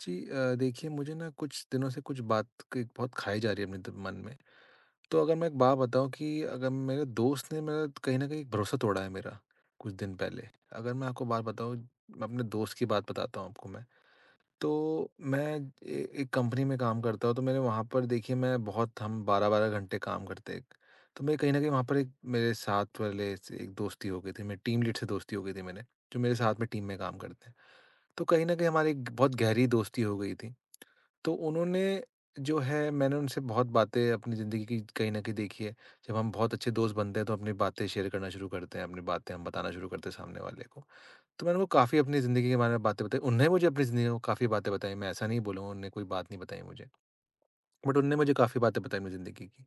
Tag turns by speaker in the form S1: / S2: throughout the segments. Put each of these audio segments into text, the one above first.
S1: देखिए मुझे ना कुछ दिनों से कुछ बात की बहुत खाई जा रही है अपने मन में। तो अगर मैं एक बात बताऊं कि अगर मेरे दोस्त ने मेरा कहीं ना कहीं भरोसा तोड़ा है मेरा कुछ दिन पहले, अगर मैं आपको बात बताऊं, मैं अपने दोस्त की बात बताता हूं आपको। मैं तो मैं एक कंपनी में काम करता हूं, तो मेरे वहां पर, देखिए, मैं बहुत हम बारह बारह घंटे काम करते हैं। तो मेरे कहीं ना कहीं वहां पर एक मेरे साथ वाले से एक दोस्ती हो गई थी, मेरे टीम लीड से दोस्ती हो गई थी मैंने, जो मेरे साथ में टीम में काम करते हैं। तो कहीं ना कहीं हमारी एक बहुत गहरी दोस्ती हो गई थी। तो उन्होंने जो है, मैंने उनसे बहुत बातें अपनी ज़िंदगी की कहीं न कहीं देखी है। जब हम बहुत अच्छे दोस्त बनते हैं तो अपनी बातें शेयर करना शुरू करते हैं, अपनी बातें हम बताना शुरू करते हैं सामने वाले को। तो मैंने उनको काफ़ी अपनी ज़िंदगी के बारे में बातें बताई। उन्होंने मुझे अपनी ज़िंदगी में काफ़ी बातें बताई, मैं ऐसा नहीं बोलूँगा उन्होंने कोई बात नहीं बताई मुझे। बट उन्होंने मुझे काफ़ी बातें बताई अपनी ज़िंदगी की।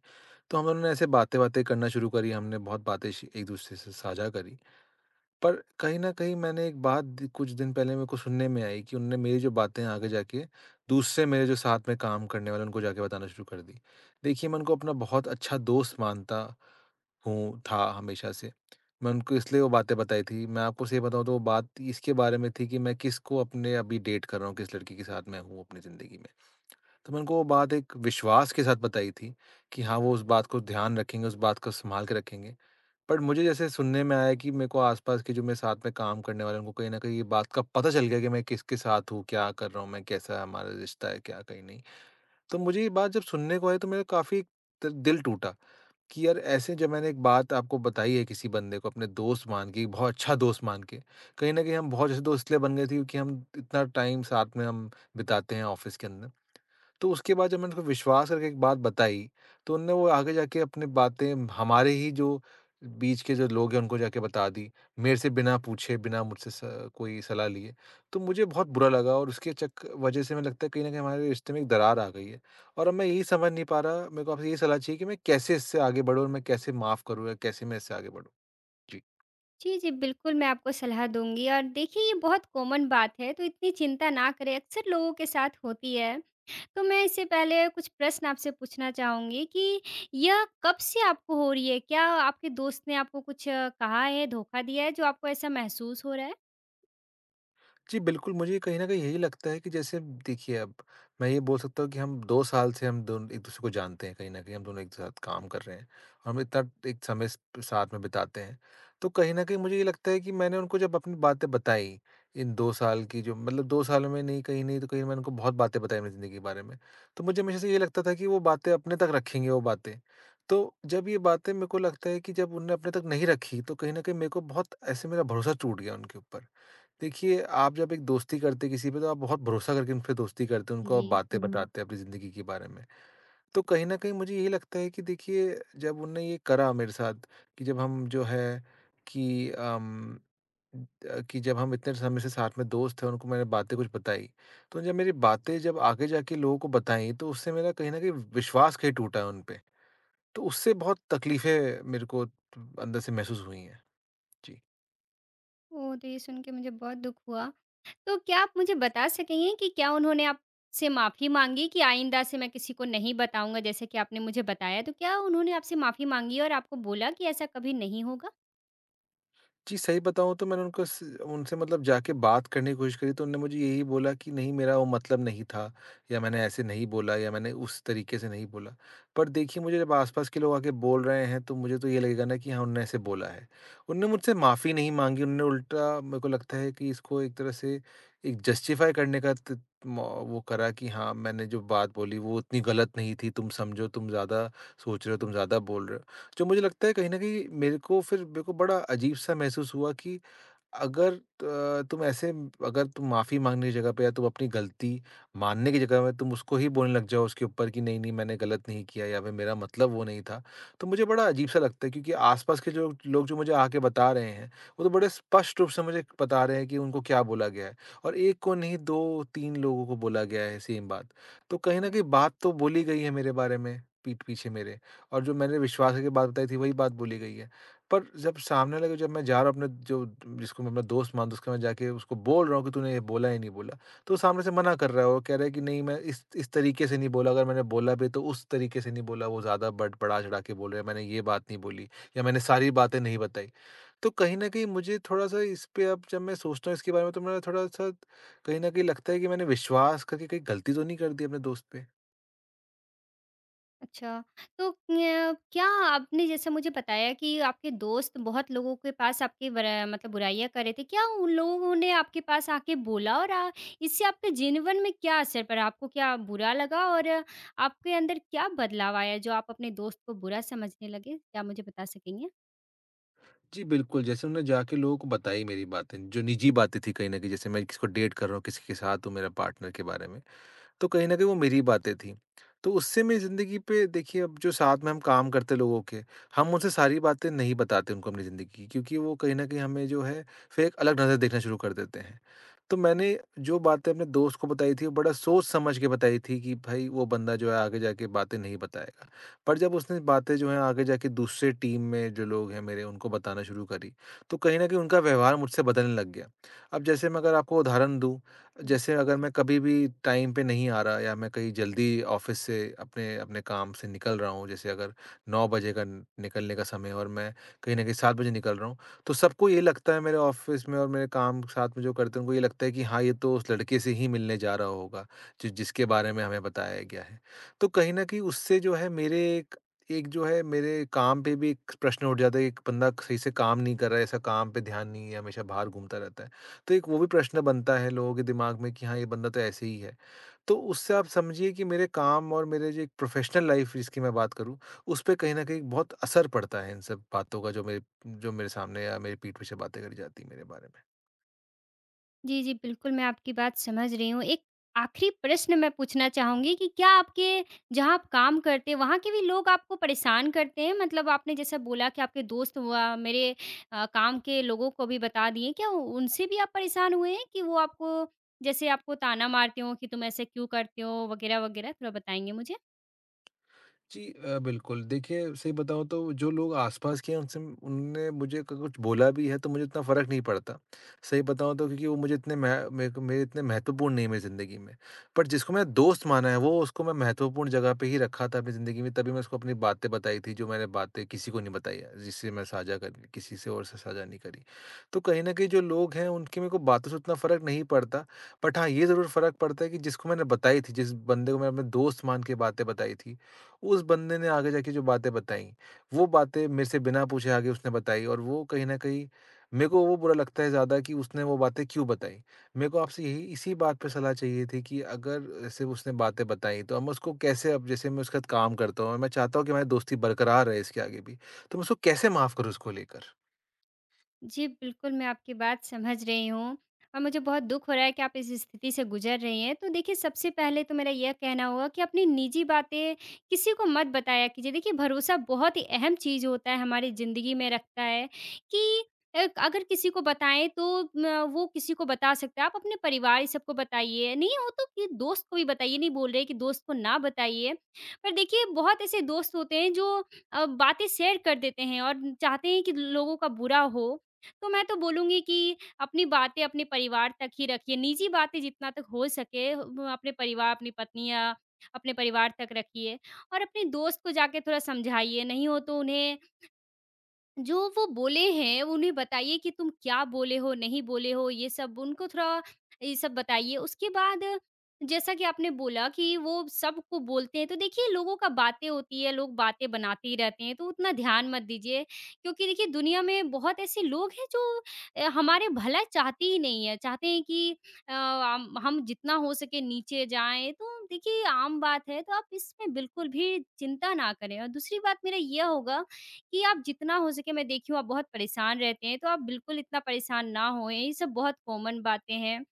S1: तो हम दोनों ने ऐसे बातें-वातें करना शुरू करी, हमने बहुत बातें श एक-दूसरे से साझा करी। पर कहीं न कहीं मैंने एक बात द कुछ दिन पहले मेरे को सुनने में आई कि उन्होंने मेरी जो बातें आगे जाके दूसरे मेरे जो साथ में काम करने वाले, उनको जाके बताना शुरू कर दी। देखिए, मैं उनको अपना बहुत अच्छा दोस्त मानता था हमेशा से। मैं उनको इसलिए वो बातें बताई थी। मैं आपको सही बताऊँ तो वो बात इसके बारे में थी कि मैं किसको अपने अभी डेट कर रहा हूँ, किस लड़की के साथ मैं हूँ अपनी ज़िंदगी में। तो मैं उनको वो बात एक विश्वास के साथ बताई थी कि हाँ, वो उस बात को ध्यान रखेंगे, उस बात को सँभाल के रखेंगे। बट मुझे जैसे सुनने में आया कि मेरे को आसपास के जो मेरे साथ में काम करने वाले हैं, उनको कहीं न कहीं ये बात का पता चल गया कि मैं किसके साथ हूँ, क्या कर रहा हूँ मैं, कैसा हमारा रिश्ता है, क्या कहीं नहीं। तो मुझे ये बात जब सुनने को आई तो मेरा काफ़ी द दिल टूटा कि यार, ऐसे जब मैंने एक बात आपको बताई है किसी बंदे को अपने दोस्त मान के, एक बहुत अच्छा दोस्त मान के। कहीं न कहीं हम बहुत अच्छे दोस्त इसलिए बन गए थे क्योंकि हम इतना टाइम साथ में हम बिताते हैं ऑफ़िस के अंदर। तो उसके बाद जब मैंने उनको विश्वास करके एक बात बताई, तो उनने वो आगे जाके अपनी बातें हमारे ही जो बीच के जो लोग हैं उनको जाके बता दी। मेरे से बिना पूछे, बिना मुझसे स कोई सलाह लिए। तो मुझे बहुत बुरा लगा, और उसके चक वज़ह से मुझे लगता है कहीं न कहीं हमारे रिश्ते में एक दरार आ गई है। और अब मैं यही समझ नहीं पा रहा, मेरे को आपसे यही सलाह चाहिए कि मैं कैसे इससे आगे बढ़ूँ और मैं कैसे माफ़ करूँ या कैसे मैं इससे आगे बढ़ूँ? जी।
S2: जी, जी, बिल्कुल, मैं आपको सलाह दूँगी और देखिए ये बहुत कॉमन बात है, तो इतनी चिंता ना करें, अक्सर लोगों के साथ होती है। तो मैं इससे पहले कुछ प्रश्न आपसे पूछना चाहूँगी कि यह कब से आपको हो रही है? क्या आपके दोस्त ने आपको कुछ कहा है, धोखा दिया है, जो आपको ऐसा महसूस हो रहा है?
S1: जी, बिल्कुल, मुझे कहीं न कहीं यही लगता है कि जैसे, देखिए, अब मैं ये बोल सकता हूँ कि हम 2 साल से हम दोनों एक-दूसरे को जानते हैं, कहीं न कहीं हम दोनों एक साथ काम कर रहे हैं। और हम इतना एक समय स साथ में बिताते हैं। तो कहीं न कहीं मुझे ये लगता है कि मैंने उनको जब अपनी बातें बताई, इन 2 साल की जो मतलब 2 साल में नहीं कहीं नहीं तो कहीं, मैंने उनको बहुत बातें बताई अपनी ज़िंदगी के बारे में। तो मुझे हमेशा से ये लगता था कि वो बातें अपने तक रखेंगे वो बातें। तो जब ये बातें मेरे को लगता है कि जब उन्होंने अपने तक नहीं रखी, तो कहीं न कहीं मेरे को बहुत ऐसे मेरा भरोसा टूट गया उनके ऊपर। देखिए, आप जब एक दोस्ती करते हैं किसी पे, तो आप बहुत भरोसा करके उनपे दोस्ती करते हैं, उनको आप
S2: जी।
S1: बातें हुँ। बताते हैं अपनी ज़िंदगी के बारे में। तो कहीं न कहीं मुझे यही लगता है कि देखिए, जब उनने ये करा मेरे साथ, कि जब हम जो है कि कि जब हम इतने समय से साथ में दोस्त थे, उनको मैंने बातें कुछ बताई, तो जब मेरी बातें जब आगे जाके लोगों को बताई, तो उससे मेरा कहीं न कहीं विश्वास कहीं टूटा है उन पे। तो उससे बहुत तकलीफ़ें मेरे को अंदर से महसूस हुई हैं। जी।
S2: ओह! तो ये सुन के मुझे बहुत दुःख हुआ। तो क्या आप मुझे बता सकेंगी कि क्या उन्होंने आपसे माफ़ी माँगी कि आइंदा से मैं किसी को नहीं बताऊँगा, जैसे कि आपने मुझे बताया? तो क्या उन्होंने आपसे माफ़ी माँगी और आपको बोला कि ऐसा कभी नहीं होगा?
S1: जी, सही बताऊँ तो मैंने उनको स उनसे मतलब जाके बात करने की कोशिश करी, तो उन्होंने मुझे यही बोला कि नहीं मेरा वो मतलब नहीं था, या मैंने ऐसे नहीं बोला, या मैंने उस तरीके से नहीं बोला। पर देखिए, मुझे जब आस-पास के लोग आके बोल रहे हैं तो मुझे तो ये लगेगा ना कि हाँ, उन्होंने ऐसे बोला है। उन्होंने मुझसे माफ़ी नहीं माँगी, उन्होंने उल्टा, मेरे को लगता है कि इसको एक तरह से एक जस्टिफ़ाई करने का त म वो करा कि हाँ, मैंने जो बात बोली वो उतनी गलत नहीं थी, तुम समझो, तुम ज़्यादा सोच रहे हो, तुम ज़्यादा बोल रहे हो। जो मुझे लगता है कहीं न कहीं, मेरे को फिर मेरे को बड़ा अजीब-सा महसूस हुआ कि अगर तुम ऐसे, अगर तुम माफ़ी माँगने की जगह पे या तुम अपनी गलती मानने की जगह में तुम उसको ही बोलने लग जाओ उसके ऊपर कि नहीं, नहीं मैंने गलत नहीं किया, या फिर मेरा मतलब वो नहीं था, तो मुझे बड़ा अजीब-सा लगता है, क्योंकि आस-पास के जो लोग जो मुझे आके बता रहे हैं, वो तो बड़े स्पष्ट रूप से मुझे बता रहे हैं कि उनको क्या बोला गया है, और एक को नहीं, 2-3 लोगों को बोला गया है सेम बात। तो कहीं न कहीं बात तो बोली गई है मेरे बारे में, पीठ पीछे मेरे, और जो मैंने विश्वास करके बात बताई थी वही बात बोली गई है। पर जब सामने वाले को, जब मैं जा रहा हूँ अपने जो जिसको मैं अपना दोस्त मानता हूँ, उसके मैं जाके उसको बोल रहा हूँ कि तूने ये बोला ही नहीं बोला, तो वो सामने से मना कर रहा है और कह रहा है कि नहीं मैं इस तरीके से नहीं बोला, अगर मैंने बोला भी तो उस तरीके से नहीं बोला, वो ज़्यादा बढ़ा-चढ़ा के बोल रहे हैं, मैंने ये बात नहीं बोली या मैंने सारी बातें नहीं बताई। तो कहीं न कहीं मुझे थोड़ा-सा इस पे अब जब मैं सोचता हूँ इसके बारे में, तो मेरा थोड़ा-सा कहीं न कहीं लगता है कि मैंने विश्वास करके कहीं गलती तो नहीं कर दी अपने दोस्त पे?
S2: अच्छा, तो क्या आपने जैसे मुझे बताया कि आपके दोस्त बहुत लोगों के पास आपकी बर मतलब बुराइयाँ कर रहे थे। क्या उन लोगों ने आपके पास आके बोला और इससे आपके जीवन में क्या असर पड़ा? आपको क्या बुरा लगा और आपके अंदर क्या बदलाव आया जो आप अपने दोस्त को बुरा समझने लगे? क्या मुझे बता सकेंगे?
S1: जी, बिल्कुल, जैसे उन्होंने जाके लोगों को बताई मेरी बातें, जो निजी बातें थी कहीं न कहीं, जैसे मैं किसको डेट कर रहा हूँ, किसी के साथ हूँ, मेरा पार्टनर के बारे में। तो कहीं न कहीं वो मेरी बातें थी। तो उससे मेरी ज़िंदगी पे, देखिए, अब जो साथ में हम काम करते लोगों के, हम उनसे सारी बातें नहीं बताते उनको अपनी ज़िंदगी की, क्योंकि वो कहीं न कहीं हमें जो है फिर एक अलग नज़र देखना शुरू कर देते हैं। तो मैंने जो बातें अपने दोस्त को बताई थी वो बड़ा सोच-समझ के बताई थी कि भई वो बंदा जो है आगे जाके बातें नहीं बताएगा। पर जब उसने बातें जो हैं आगे जाके दूसरे टीम में जो लोग हैं मेरे, उनको बताना शुरू करी, तो कहीं न कहीं उनका व्यवहार मुझसे बदलने लग गया। अब जैसे मैं अगर आपको उदाहरण दूँ, जैसे अगर मैं कभी भी टाइम पे नहीं आ रहा, या मैं कहीं जल्दी ऑफिस से अपने अपने काम से निकल रहा हूँ, जैसे अगर 9 बजे का निकलने का समय है और मैं कहीं ना कहीं 7 बजे निकल रहा हूँ, तो सबको ये लगता है मेरे ऑफिस में, और मेरे काम साथ में जो करते हैं उनको ये लगता है कि हाँ, ये तो उस लड़के से ही मिलने जा रहा होगा जो जिसके बारे में हमें बताया गया है। तो कहीं ना कहीं उससे जो है मेरे एक, एक जो है मेरे काम पे भी एक प्रश्न उठ जाता है, एक बंदा सही से काम नहीं कर रहा है, ऐसा काम पे ध्यान नहीं है, हमेशा बाहर घूमता रहता है। तो एक वो भी प्रश्न बनता है लोगों के दिमाग में कि हाँ, ये बंदा तो ऐसे ही है। तो उससे आप समझिए कि मेरे काम और मेरे जो एक प्रोफ़ेशनल लाइफ़ जिसकी मैं बात करूँ, उसपे कहीं न कहीं बहुत असर पड़ता है इन सब बातों का, जो मेरे सामने या मेरी पीठ पीछे बातें करी जाती हैं मेरे बारे में।
S2: जी, जी, बिल्कुल, मैं आपकी बात समझ रही हूँ। एक आखिरी प्रश्न मैं पूछना चाहूँगी कि क्या आपके जहाँ आप काम करते हैं, वहाँ के भी लोग आपको परेशान करते हैं? मतलब आपने जैसा बोला कि आपके दोस्त हुआ, मेरे काम के लोगों को भी बता दिए। क्या उनसे भी आप परेशान हुए हैं कि वो आपको जैसे आपको ताना मारते हों कि तुम ऐसे क्यों करते हो? वगैरह, वगैरह? थोड़ा बताएँगे मुझे?
S1: बिल्कुल। देखिए, सही बताऊँ तो जो लोग आस-पास के हैं उनसे, उनने मुझे क कुछ बोला भी है तो मुझे इतना फ़र्क नहीं पड़ता। सही बताऊँ तो, क्योंकि वो मुझे इतने मह मेरे को मेरे इतने महत्वपूर्ण नहीं है मेरी ज़िंदगी में। बट जिसको मेरा दोस्त माना है वो, उसको मैं महत्वपूर्ण जगह पे ही रखा था अपनी ज़िंदगी में, तभी मैं उसको अपनी बातें बताई थी, जो मैंने बातें किसी को नहीं बताई है, जिससे मैं साझा कर किसी से और से साझा नहीं करी। तो कहीं न कहीं जो लोग हैं उनकी मेरे को बातों से उतना फ़र्क नहीं पड़ता। बट हाँ, ये ज़रूर फ़र्क पड़ता है कि जिसको मैंने बताई थी, जिस बंदे को मैंने अपने दोस्त मान के बातें बताई थी, उस बंदे ने आगे जाके जो बातें बताई, वो बातें मेरे से बिना पूछे आगे उसने बताई, और वो कहीं न कहीं मेरे को वो बुरा लगता है ज़्यादा कि उसने वो बातें क्यों बताई। मेरे को आपसे यही इसी बात पे सलाह चाहिए थी कि अगर जैसे उसने बातें बताई तो अब मैं उसको कैसे, अब जैसे मैं उसके साथ काम करता हूँ और मैं चाहता हूँ कि हमारी दोस्ती बरकरार रहे इसके आगे भी, तो मैं उसको कैसे माफ़ करूँ इसको लेकर?
S2: जी, बिल्कुल, मैं आपकी बात समझ रही हूँ और मुझे बहुत दुःख हो रहा है कि आप इस स्थिति से गुज़र रही हैं। तो देखिए, सबसे पहले तो मेरा यह कहना होगा कि अपनी निजी बातें किसी को मत बताया कीजिए। देखिए, भरोसा बहुत ही अहम चीज़ होता है, हमारी ज़िंदगी में रखता है कि अगर किसी को बताएँ तो म वो किसी को बता सकता है। आप अपने परिवार ये सबको बताइए, नहीं हो तो कि दोस्त को भी बताइए, नहीं बोल रहे कि दोस्त को ना बताइए। पर देखिए, बहुत ऐसे दोस्त होते हैं जो बातें शेयर कर देते हैं और चाहते हैं कि लोगों का बुरा हो तो मैं तो बोलूँगी कि अपनी बातें अपने परिवार तक ही रखिए, निजी बातें जितना तक हो सके म अपने परिवार, अपनी पत्नी या अपने परिवार तक रखिए और अपने दोस्त को जाके थोड़ा समझाइए, नहीं हो तो उन्हें जो वो बोले हैं, उन्हें बताइए कि तुम क्या बोले हो, नहीं बोले हो, ये सब उनको थोड़ा ये सब बताइए। उसके बाद जैसा कि आपने बोला कि वो सबको बोलते हैं, तो देखिए लोगों का बातें होती है, लोग बातें बनाते ही रहते हैं, तो उतना ध्यान मत दीजिए। क्योंकि देखिए दुनिया में बहुत ऐसे लोग हैं जो हमारे भला चाहते ही नहीं है, चाहते हैं कि हम जितना हो सके नीचे जाएँ, तो देखिए आम बात है, तो आप इसमें बिल्कुल भी चिंता ना करें। और दूसरी बात मेरा यह होगा कि आप जितना हो सके मैं देखी हूँ आप बहुत परेशान रहते हैं, तो आप बिल्कुल इतना परेशान ना होएँ, ये सब बहुत कॉमन बातें हैं।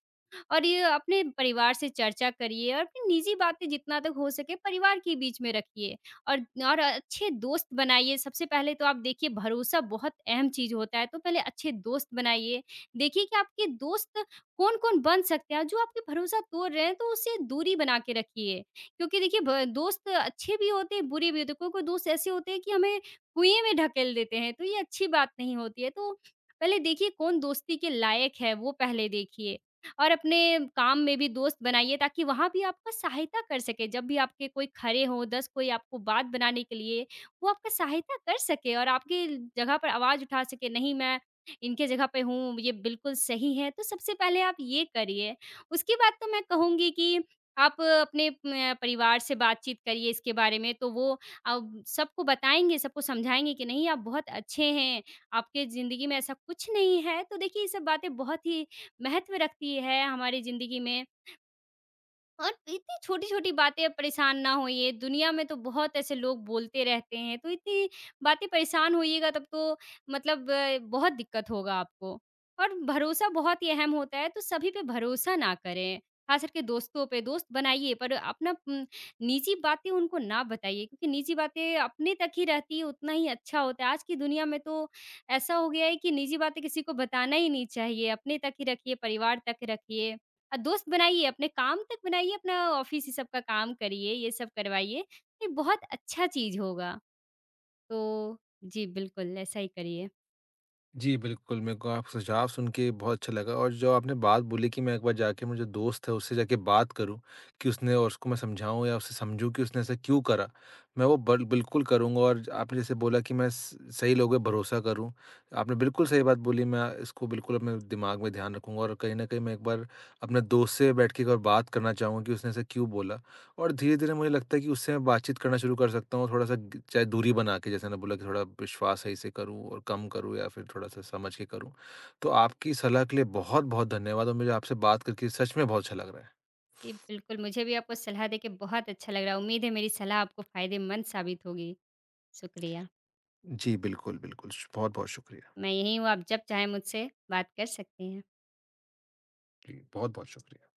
S2: और ये अपने परिवार से चर्चा करिए और अपनी निजी बातें जितना तक हो सके परिवार के बीच में रखिए और अच्छे दोस्त बनाइए। सबसे पहले तो आप देखिए भरोसा बहुत अहम चीज़ होता है, तो पहले अच्छे दोस्त बनाइए। देखिए कि आपके दोस्त कौन-कौन बन सकते हैं, जो आपके भरोसा तोड़ रहे हैं, तो उससे दूरी बना के रखिए। क्योंकि देखिए ब दोस्त अच्छे भी होते हैं, बुरे भी होते हैं। कोई-कोई दोस्त ऐसे होते हैं कि हमें कुएँ में ढकेल देते हैं, तो ये अच्छी बात नहीं होती है। तो पहले देखिए कौन दोस्ती के लायक है, वो पहले देखिए और अपने काम में भी दोस्त बनाइए ताकि वहाँ भी आपका सहायता कर सके। जब भी आपके कोई खड़े हों, 10 कोई आपको बात बनाने के लिए, वो आपका सहायता कर सके और आपकी जगह पर आवाज़ उठा सके, "नहीं, मैं इनके जगह पे हूँ, ये बिल्कुल सही है।" तो सबसे पहले आप ये करिए। उसके बाद तो मैं कहूँगी कि आप अपने परिवार से बातचीत करिए इसके बारे में, तो वो अब सबको बताएँगे, सबको समझाएँगे कि, "नहीं, आप बहुत अच्छे हैं, आपके ज़िंदगी में ऐसा कुछ नहीं है।" तो देखिए, ये सब बातें बहुत ही महत्व रखती है हमारी ज़िंदगी में। और इतनी छोटी-छोटी बातें परेशान ना होइए, दुनिया में तो बहुत ऐसे लोग बोलते रहते हैं, तो इतनी बातें परेशान होइएगा तब तो मतलब बहुत दिक्कत होगा आपको। और भरोसा बहुत ही अहम होता है, तो सभी पे भरोसा ना करें, ख़ास करके दोस्तों पे। दोस्त बनाइए पर अपना निजी बातें उनको ना बताइए क्योंकि निजी बातें अपने तक ही रहती है, उतना ही अच्छा होता है। आज की दुनिया में तो ऐसा हो गया है कि निजी बातें किसी को बताना ही नहीं चाहिए, अपने तक ही रखिए, परिवार तक रखिए। दोस्त बनाइए, अपने काम तक बनाइए, अपना ऑफ़िस ही सब का काम करिए, ये सब करवाइए, ये बहुत अच्छा चीज़ होगा। तो जी, बिल्कुल ऐसा ही करिए।
S1: जी, बिल्कुल, मेरे को आप सुझाव सुन के बहुत अच्छा लगा, और जो आपने बात बोली कि मैं एक बार जाके मुझे दोस्त है उससे जाके बात करूँ कि उसने, और उसको मैं समझाऊँ या उससे समझूँ कि उसने ऐसा क्यों करा। मैं वो बल बिल्कुल करूँगा, और आपने जैसे बोला कि मैं स सही लोगों पे भरोसा करूँ। आपने बिल्कुल सही बात बोली, मैं इसको बिल्कुल अपने दिमाग में ध्यान रखूँगा, और कहीं न कहीं मैं एक बार अपने दोस्त से बैठ के एक बार बात करना चाहूँगा कि उसने ऐसा क्यों बोला। और धीरे-धीरे मुझे लगता है कि उससे मैं बातचीत करना शुरू कर सकता हूँ, थोड़ा-सा ग चाहे दूरी बना के, जैसे मैंने बोला कि थोड़ा विश्वास सही से करूँ और कम करूँ या फिर थोड़ा-सा समझ के करूँ। तो आपकी सलाह के लिए बहुत-बहुत धन्यवाद, और मुझे आपसे बात करके सच में बहुत अच्छा लग रहा है।
S2: जी, बिल्कुल मुझे भी आपको सलाह देके बहुत अच्छा लग रहा है। उम्मीद है मेरी सलाह आपको फ़ायदेमंद साबित होगी। शुक्रिया।
S1: जी, बिल्कुल, बिल्कुल। श बहुत-बहुत शुक्रिया।
S2: मैं यहीं हूँ, आप जब चाहें मुझसे बात कर सकते हैं।
S1: जी, बहुत-बहुत शुक्रिया।